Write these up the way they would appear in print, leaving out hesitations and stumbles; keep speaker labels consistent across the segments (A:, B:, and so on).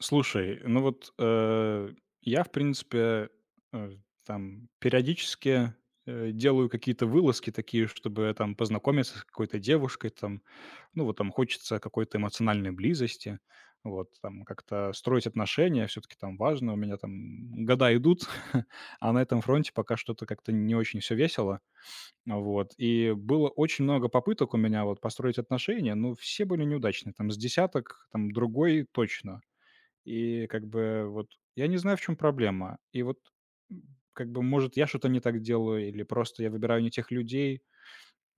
A: Слушай, ну вот, я, в принципе, э, там периодически, делаю какие-то вылазки такие, чтобы там познакомиться с какой-то девушкой, там. Ну вот там хочется какой-то эмоциональной близости, вот там как-то строить отношения все таки там важно. У меня там года идут, а на этом фронте пока что-то как-то не очень все весело. Вот, и было очень много попыток у меня вот построить отношения, но все были неудачные. Там с десяток, там другой точно. И как бы вот я не знаю, в чем проблема. И вот, как бы, может, я что-то не так делаю или просто я выбираю не тех людей.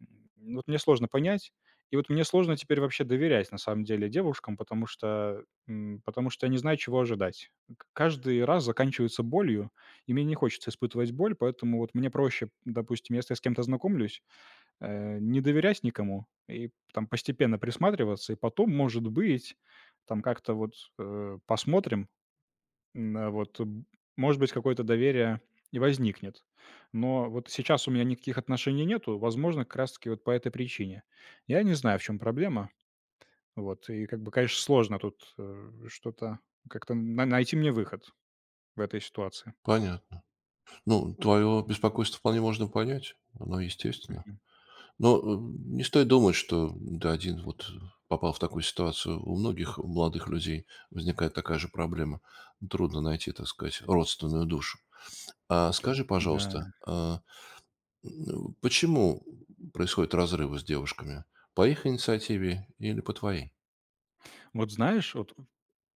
A: Ну, вот мне сложно понять. И вот мне сложно теперь вообще доверять, на самом деле, девушкам, потому что я не знаю, чего ожидать. К Каждый раз заканчивается болью, и мне не хочется испытывать боль, поэтому вот мне проще, допустим, если я с кем-то знакомлюсь, не доверять никому и там постепенно присматриваться, и потом, может быть, там как-то вот, посмотрим. А, вот, э, б может быть, какое-то доверие и возникнет. Но вот сейчас у меня никаких отношений нету, возможно, как раз таки вот по этой причине. Я не знаю, в чем проблема. Вот, и как бы, конечно, сложно тут, что-то как-то на найти мне выход в этой ситуации.
B: Понятно. Ну, твое беспокойство вполне можно понять, оно естественно.
A: Мгм.
B: Но не стоит думать, что ты один вот попал в такую ситуацию. У многих молодых людей возникает такая же проблема. Трудно найти, так сказать, родственную душу. А скажи,
A: Да.
B: пожалуйста, почему происходят разрывы с девушками? По их инициативе или по твоей?
A: Вот знаешь, вот,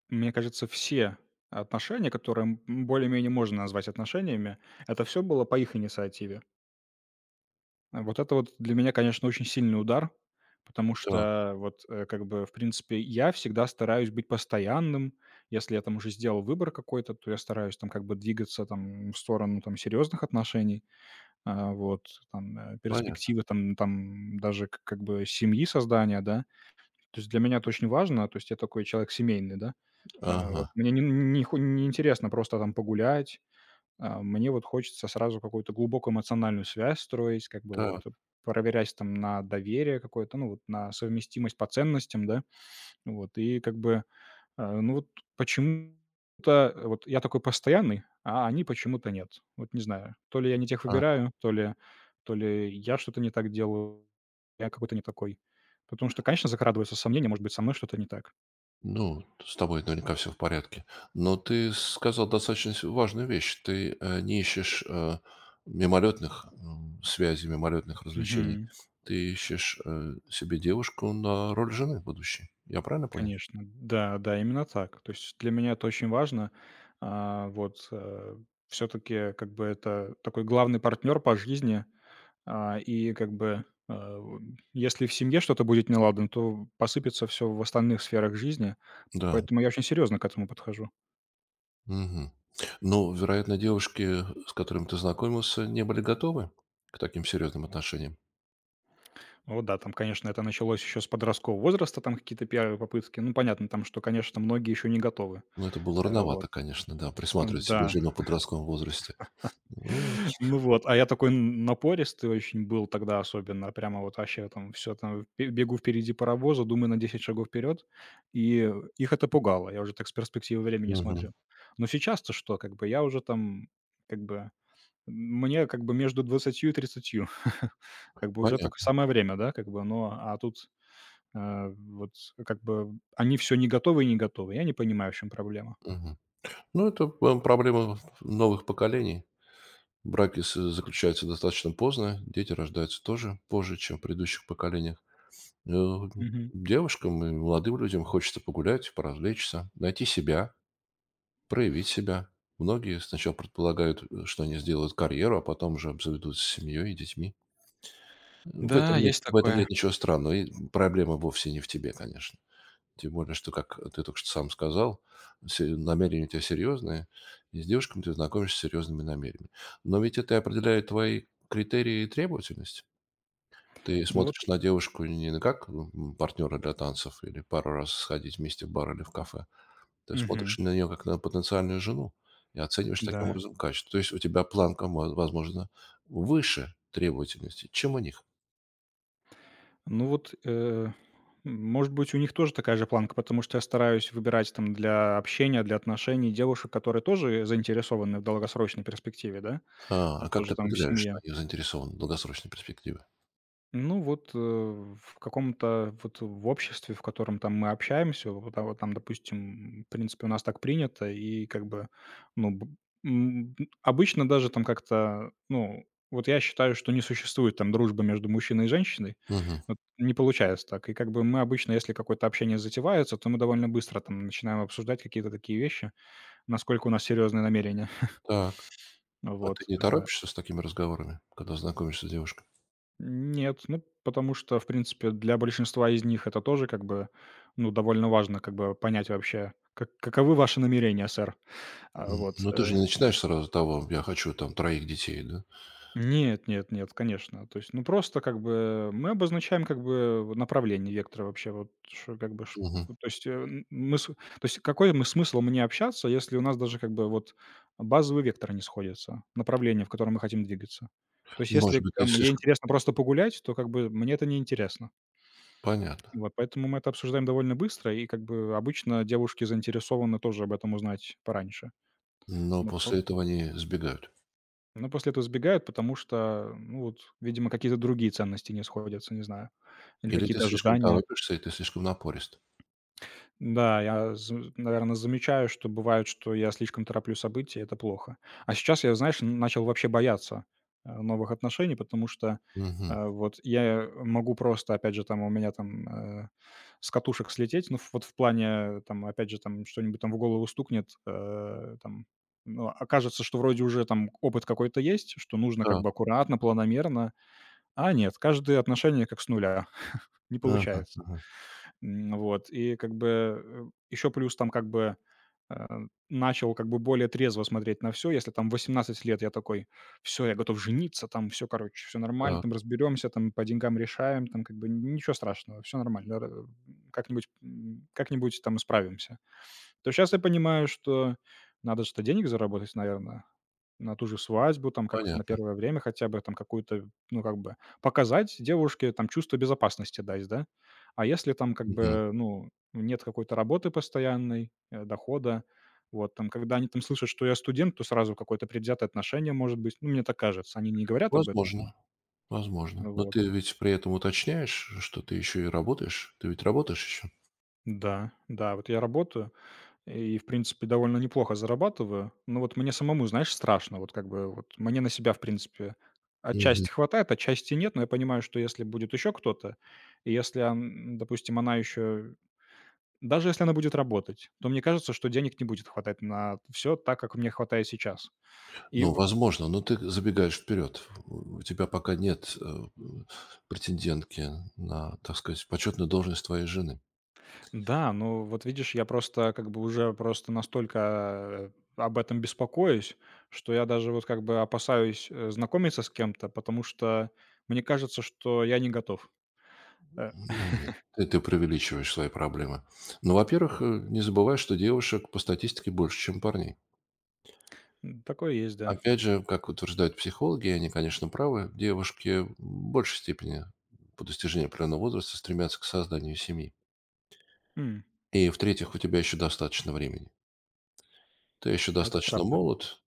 A: мне кажется, все отношения, которые, более-менее можно назвать отношениями, это все было по их инициативе. А вот это вот для меня, конечно, очень сильный удар, потому
B: Так,
A: что вот, как бы, в принципе, я всегда стараюсь быть постоянным. Если я там уже сделал выбор какой-то, то я стараюсь там как бы двигаться там в сторону там серьезных отношений, а, вот, там,
B: понятно.
A: перспективы там даже к как бы семьи создания, да. То есть для меня это очень важно, то есть я такой человек семейный, да. А,
B: Ага,
A: вот мне не не хо неинтересно просто там погулять, а, мне вот хочется сразу какую-то глубокую эмоциональную связь строить, как бы вот,
B: так.
A: проверяясь там на доверие какое-то, ну, вот на совместимость по ценностям, да, вот, и как бы, а, ну, вот почему-то, вот я такой постоянный, а они почему-то нет. Вот не знаю, то ли я не тех выбираю, то ли я что-то не так делаю, я какой-то не такой. Потому что, конечно, закрадываются сомнения, может быть, со мной что-то не так.
B: Ну, с тобой наверняка все в порядке. Но ты сказал достаточно важную вещь. Ты не ищешь мимолетных связей, мимолетных развлечений. Ты ищешь себе девушку на роль жены будущей. Я правильно понял?
A: Конечно, да, да, именно так. То есть для меня это очень важно. А, вот, все-таки как бы это такой главный партнер по жизни, а, и как бы, а, у если в семье что-то будет неладно, то посыпется все в остальных сферах жизни,
B: Да.
A: поэтому я очень серьезно к этому подхожу.
B: Мгм. Ну, вероятно, девушки, с которыми ты знакомился, не были готовы к таким серьезным отношениям.
A: Ну вот да, там, конечно, это началось еще с подросткового возраста, там какие-то первые попытки. Ну, понятно там, что, конечно, многие еще не готовы.
B: Ну, это было
A: Вот.
B: рановато, конечно, да, присматривать себе
A: Да.
B: жену в подростковом возрасте. Ну,
A: Ну вот, а я такой напористый очень был тогда особенно, прямо вот вообще там все там бе бегу впереди паровоза, думаю на 10 шагов вперед, и их это пугало. Я уже так с перспективы времени
B: мгм.
A: смотрю. Но сейчас-то что, как бы я уже там, как бы мне как бы между 20 и 30 как бы уже так
B: Понятно.
A: самое время, да, как бы, но а тут, вот как бы они все не готовы и не готовы. Я не понимаю, в чем проблема.
B: Мгм. Ну, это п проблема новых поколений. Браки заключаются достаточно поздно, дети рождаются тоже позже, чем в предыдущих поколениях. Э,
A: Мгм.
B: девушкам и молодым людям хочется погулять, поразвлечься, найти себя, проявить себя. Многие сначала предполагают, что они сделают карьеру, а потом уже обзаведутся семьей и детьми.
A: Да, есть
B: В этом
A: такое.
B: нет ничего странного, и проблема вовсе не в тебе, конечно. Тем более, что, как ты только что сам сказал, намерения у тебя серьезные, и с девушками ты знакомишься с серьезными намерениями. Но ведь это и определяет твои критерии и требовательность. Ты
A: Ну вот
B: смотришь на девушку не на как партнера для танцев или пару раз сходить вместе в бар или в кафе. Ты
A: мгм,
B: смотришь на нее как на потенциальную жену и оцениваешь таким
A: да.
B: образом качество. То есть у тебя планка, возможно, выше требовательности, чем у них.
A: Ну вот, может быть, у них тоже такая же планка, потому что я стараюсь выбирать там для общения, для отношений девушек, которые тоже заинтересованы в долгосрочной перспективе, да, ну,
B: А как
A: тоже
B: ты
A: там в
B: определяешь, что
A: семье.
B: они заинтересованы в долгосрочной перспективе?
A: Ну вот, в каком-то вот в обществе, в котором там мы общаемся, вот там, допустим, в принципе, у нас так принято, и как бы, ну, м, обычно даже там как-то, ну, вот я считаю, что не существует там дружбы между мужчиной и женщиной,
B: Мгм.
A: вот не получается так. И как бы мы обычно, если какое-то общение затевается, то мы довольно быстро там начинаем обсуждать какие-то такие вещи, насколько у нас серьезные намерения.
B: Так. А ты
A: Вот.
B: не торопишься с такими разговорами, когда знакомишься с девушкой?
A: Нет, ну, потому что, в принципе, для большинства из них это тоже как бы, ну, довольно важно как бы понять вообще, каковы ваши намерения, сэр. А,
B: М,
A: вот.
B: ну, ты же не начинаешь сразу того: "Я хочу там троих детей", да?
A: Нет, нет, нет, конечно. То есть, ну, просто как бы мы обозначаем как бы направление вектора вообще, вот что как бы, ш
B: Мгм.
A: то есть, мы с то есть какой мы смысл мне общаться, если у нас даже как бы вот базовый вектор не сходится, направление, в котором мы хотим двигаться. То есть
B: Может
A: если
B: быть, ты
A: там ей
B: слишком
A: интересно просто погулять, то как бы мне это не интересно.
B: понятно,
A: Вот, поэтому мы это обсуждаем довольно быстро, и как бы обычно девушки заинтересованы тоже об этом узнать пораньше.
B: но
A: Но, по
B: после этого они сбегают.
A: но после этого сбегают, потому что, ну вот, видимо, какие-то другие ценности не сходятся, не знаю, или
B: Или ты
A: какие-то
B: слишком
A: ожидания.
B: торопишься, и ты слишком напорист.
A: Да, я, наверное, замечаю, что бывает, что я слишком тороплю события, это плохо. А сейчас я, знаешь, н начал вообще бояться, новых отношений, потому что,
B: Мгм.
A: вот я могу просто, опять же, там у меня там, с катушек слететь. Ну, ф вот в плане, там, опять же, там что-нибудь там в голову стукнет, там, ну, окажется, что вроде уже там опыт какой-то есть, что нужно как
B: Так.
A: бы аккуратно, планомерно, а нет, каждое отношение как с нуля, не
B: Ага,
A: получается.
B: ага.
A: Вот. И как бы еще плюс там как бы, э, начал как бы более трезво смотреть на все. Если там 18 лет я такой: «Все я готов жениться, там все короче, все нормально,
B: Так,
A: там разберемся, там по деньгам решаем, там как бы ничего страшного, все нормально, р как-нибудь там исправимся». То сейчас я понимаю, что надо что-то денег заработать, наверное, на ту же свадьбу, там как-то на
B: понятно.
A: первое время хотя бы там какую-то, ну, как бы показать девушке, там чувство безопасности дать, да. А если там как
B: Мгм.
A: бы, ну, нет какой-то работы постоянной, дохода, вот там, когда они там слышат, что я студент, то сразу какое-то предвзятое отношение может быть. Ну, мне так кажется, они не говорят об этом.
B: Возможно, возможно. Но
A: Вот.
B: ты ведь при этом уточняешь, что ты еще и работаешь. Ты ведь работаешь еще?
A: Да, да, вот я работаю. И, в принципе, довольно неплохо зарабатываю. Но вот мне самому, знаешь, страшно. Вот как бы вот мне на себя, в принципе, отчасти хватает, отчасти нет. Но я понимаю, что если будет еще кто-то, и если, он, допустим, она еще... Даже если она будет работать, то мне кажется, что денег не будет хватать на все так, как мне хватает сейчас. И
B: Ну,
A: в-
B: возможно, но ты забегаешь вперед. У тебя пока нет претендентки на, так сказать, почетную должность твоей жены.
A: Да, ну вот видишь, я просто как бы уже просто настолько, об этом беспокоюсь, что я даже вот как бы опасаюсь, знакомиться с кем-то, потому что мне кажется, что я не готов. Э,
B: Ну, нет, ты преувеличиваешь свои проблемы. Ну, во-первых, не забывай, что девушек по статистике больше, чем парней.
A: Такое есть, да.
B: Опять же, как утверждают психологи, и они, конечно, правы, девушки в большей степени по достижении определенного возраста стремятся к созданию семьи.
A: М,
B: И, в-третьих, у тебя еще достаточно времени. Ты еще
A: Это
B: достаточно
A: правда.
B: молод.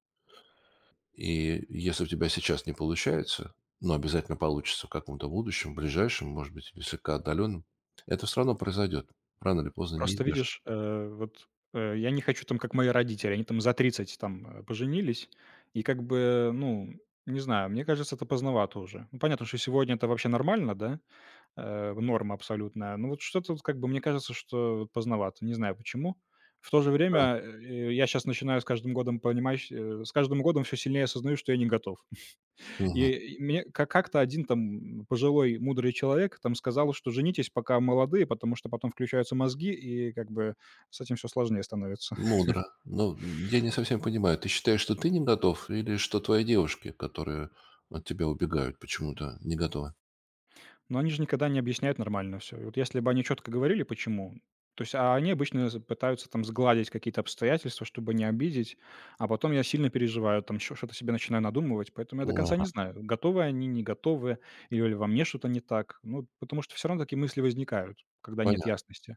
B: И если у тебя сейчас не получается, но обязательно получится в каком-то будущем, ближайшем, может быть, или слегка отдаленном, это все равно произойдет. Рано или поздно
A: Просто
B: неизбежно.
A: видишь, вот, я не хочу там, как мои родители, они там за 30 там, поженились, и как бы, ну, не знаю, мне кажется, это поздновато уже. Ну, понятно, что сегодня это вообще нормально, да. Норма абсолютная. Ну, вот что-то вот как бы мне кажется, что вот поздновато, не знаю почему. В то же
B: Да.
A: время, я сейчас начинаю с каждым годом понимать, с каждым годом все сильнее осознаю, что я не готов. И
B: Мгм.
A: и мне ка как-то один там пожилой мудрый человек там сказал, что женитесь, пока молодые, потому что потом включаются мозги, и как бы с этим все сложнее становится.
B: Мудро. Но я не совсем понимаю, ты считаешь, что ты не готов или что твои девушки, которые от тебя убегают, почему-то не готовы?
A: Но они же никогда не объясняют нормально все. И вот если бы они четко говорили, почему, то есть, а они обычно з пытаются там сгладить какие-то обстоятельства, чтобы не обидеть, а потом я сильно переживаю, там еще что-то себе начинаю надумывать, поэтому я до конца не
B: Ага,
A: знаю, готовы они, не готовы или во мне что-то не так. Ну, потому что все равно такие мысли возникают, когда нет
B: понятно.
A: ясности.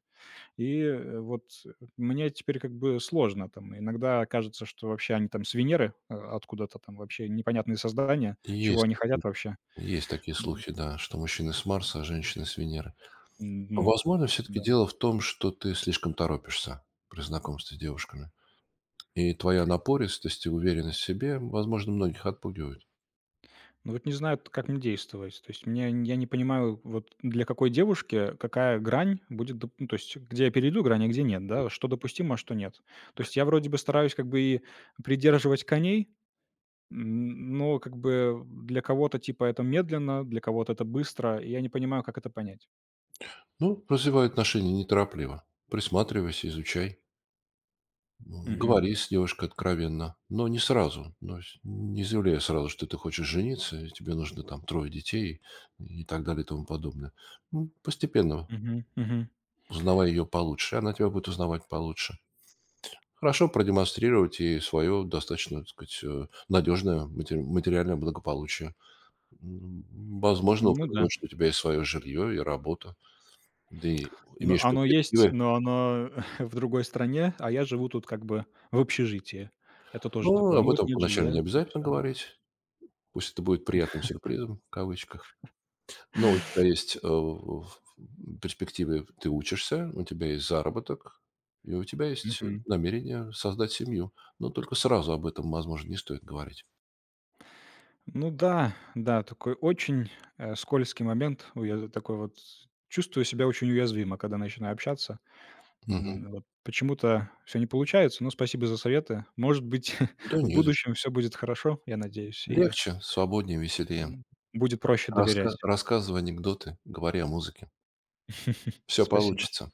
A: И, вот, мне теперь как бы сложно там. Иногда кажется, что вообще они там с Венеры, откуда-то там, вообще непонятные создания, чего
B: Есть
A: они
B: такие,
A: хотят вообще.
B: есть такие
A: М,
B: слухи, да, что мужчины с Марса, а женщины с Венеры.
A: ну
B: Возможно, все-таки
A: да.
B: дело в том, что ты слишком торопишься при знакомстве с девушками. И твоя напористость и уверенность в себе, возможно, многих отпугивают.
A: Ну вот не знаю, как мне действовать. То есть мне я не понимаю, вот для какой девушки какая грань будет, доп ну, то есть где я перейду грань, а где нет, да, что допустимо, а что нет. То есть я вроде бы стараюсь как бы и придерживать коней, но как бы для кого-то типа это медленно, для кого-то это быстро, и я не понимаю, как это понять.
B: Ну, развивай отношения неторопливо. Присматривайся, изучай.
A: Мгм.
B: Говори с девушкой откровенно, но не сразу. То есть не заявляй сразу, что ты хочешь жениться, и тебе нужно там трое детей и так далее и тому подобное. Ну, постепенно
A: Мгм. Мгм.
B: узнавай ее получше, она тебя будет узнавать получше. Хорошо продемонстрировать и свое достаточно, так сказать, надежное материальное благополучие. М, возможно,
A: Ну да.
B: упомянуть, что у тебя есть свое жилье и работа. Ты
A: Но
B: имеешь
A: оно есть,
B: перспективы.
A: но оно в другой стране, а я живу тут как бы в общежитии. Это тоже
B: Ну,
A: такое. Ну
B: об
A: вот
B: этом
A: нет
B: поначалу
A: жилья,
B: не
A: и
B: обязательно
A: всё.
B: говорить. Пусть это будет приятным сюрпризом, в кавычках. Но у тебя есть в перспективы, ты учишься, у тебя есть заработок, и у тебя есть намерение создать семью. Но только сразу об этом, возможно, не стоит говорить.
A: Ну да, да, такой очень, скользкий момент. Ой, я такой вот чувствую себя очень уязвимо, когда начинаю общаться.
B: Мгм.
A: Вот почему-то все не получается, но спасибо за советы. Может быть,
B: Да
A: в
B: не за что.
A: будущем все будет хорошо, я надеюсь, и,
B: Легче, свободнее, веселее.
A: м, будет проще доверять.
B: Рассказывай анекдоты, говори о музыке. Все
A: Спасибо.
B: получится.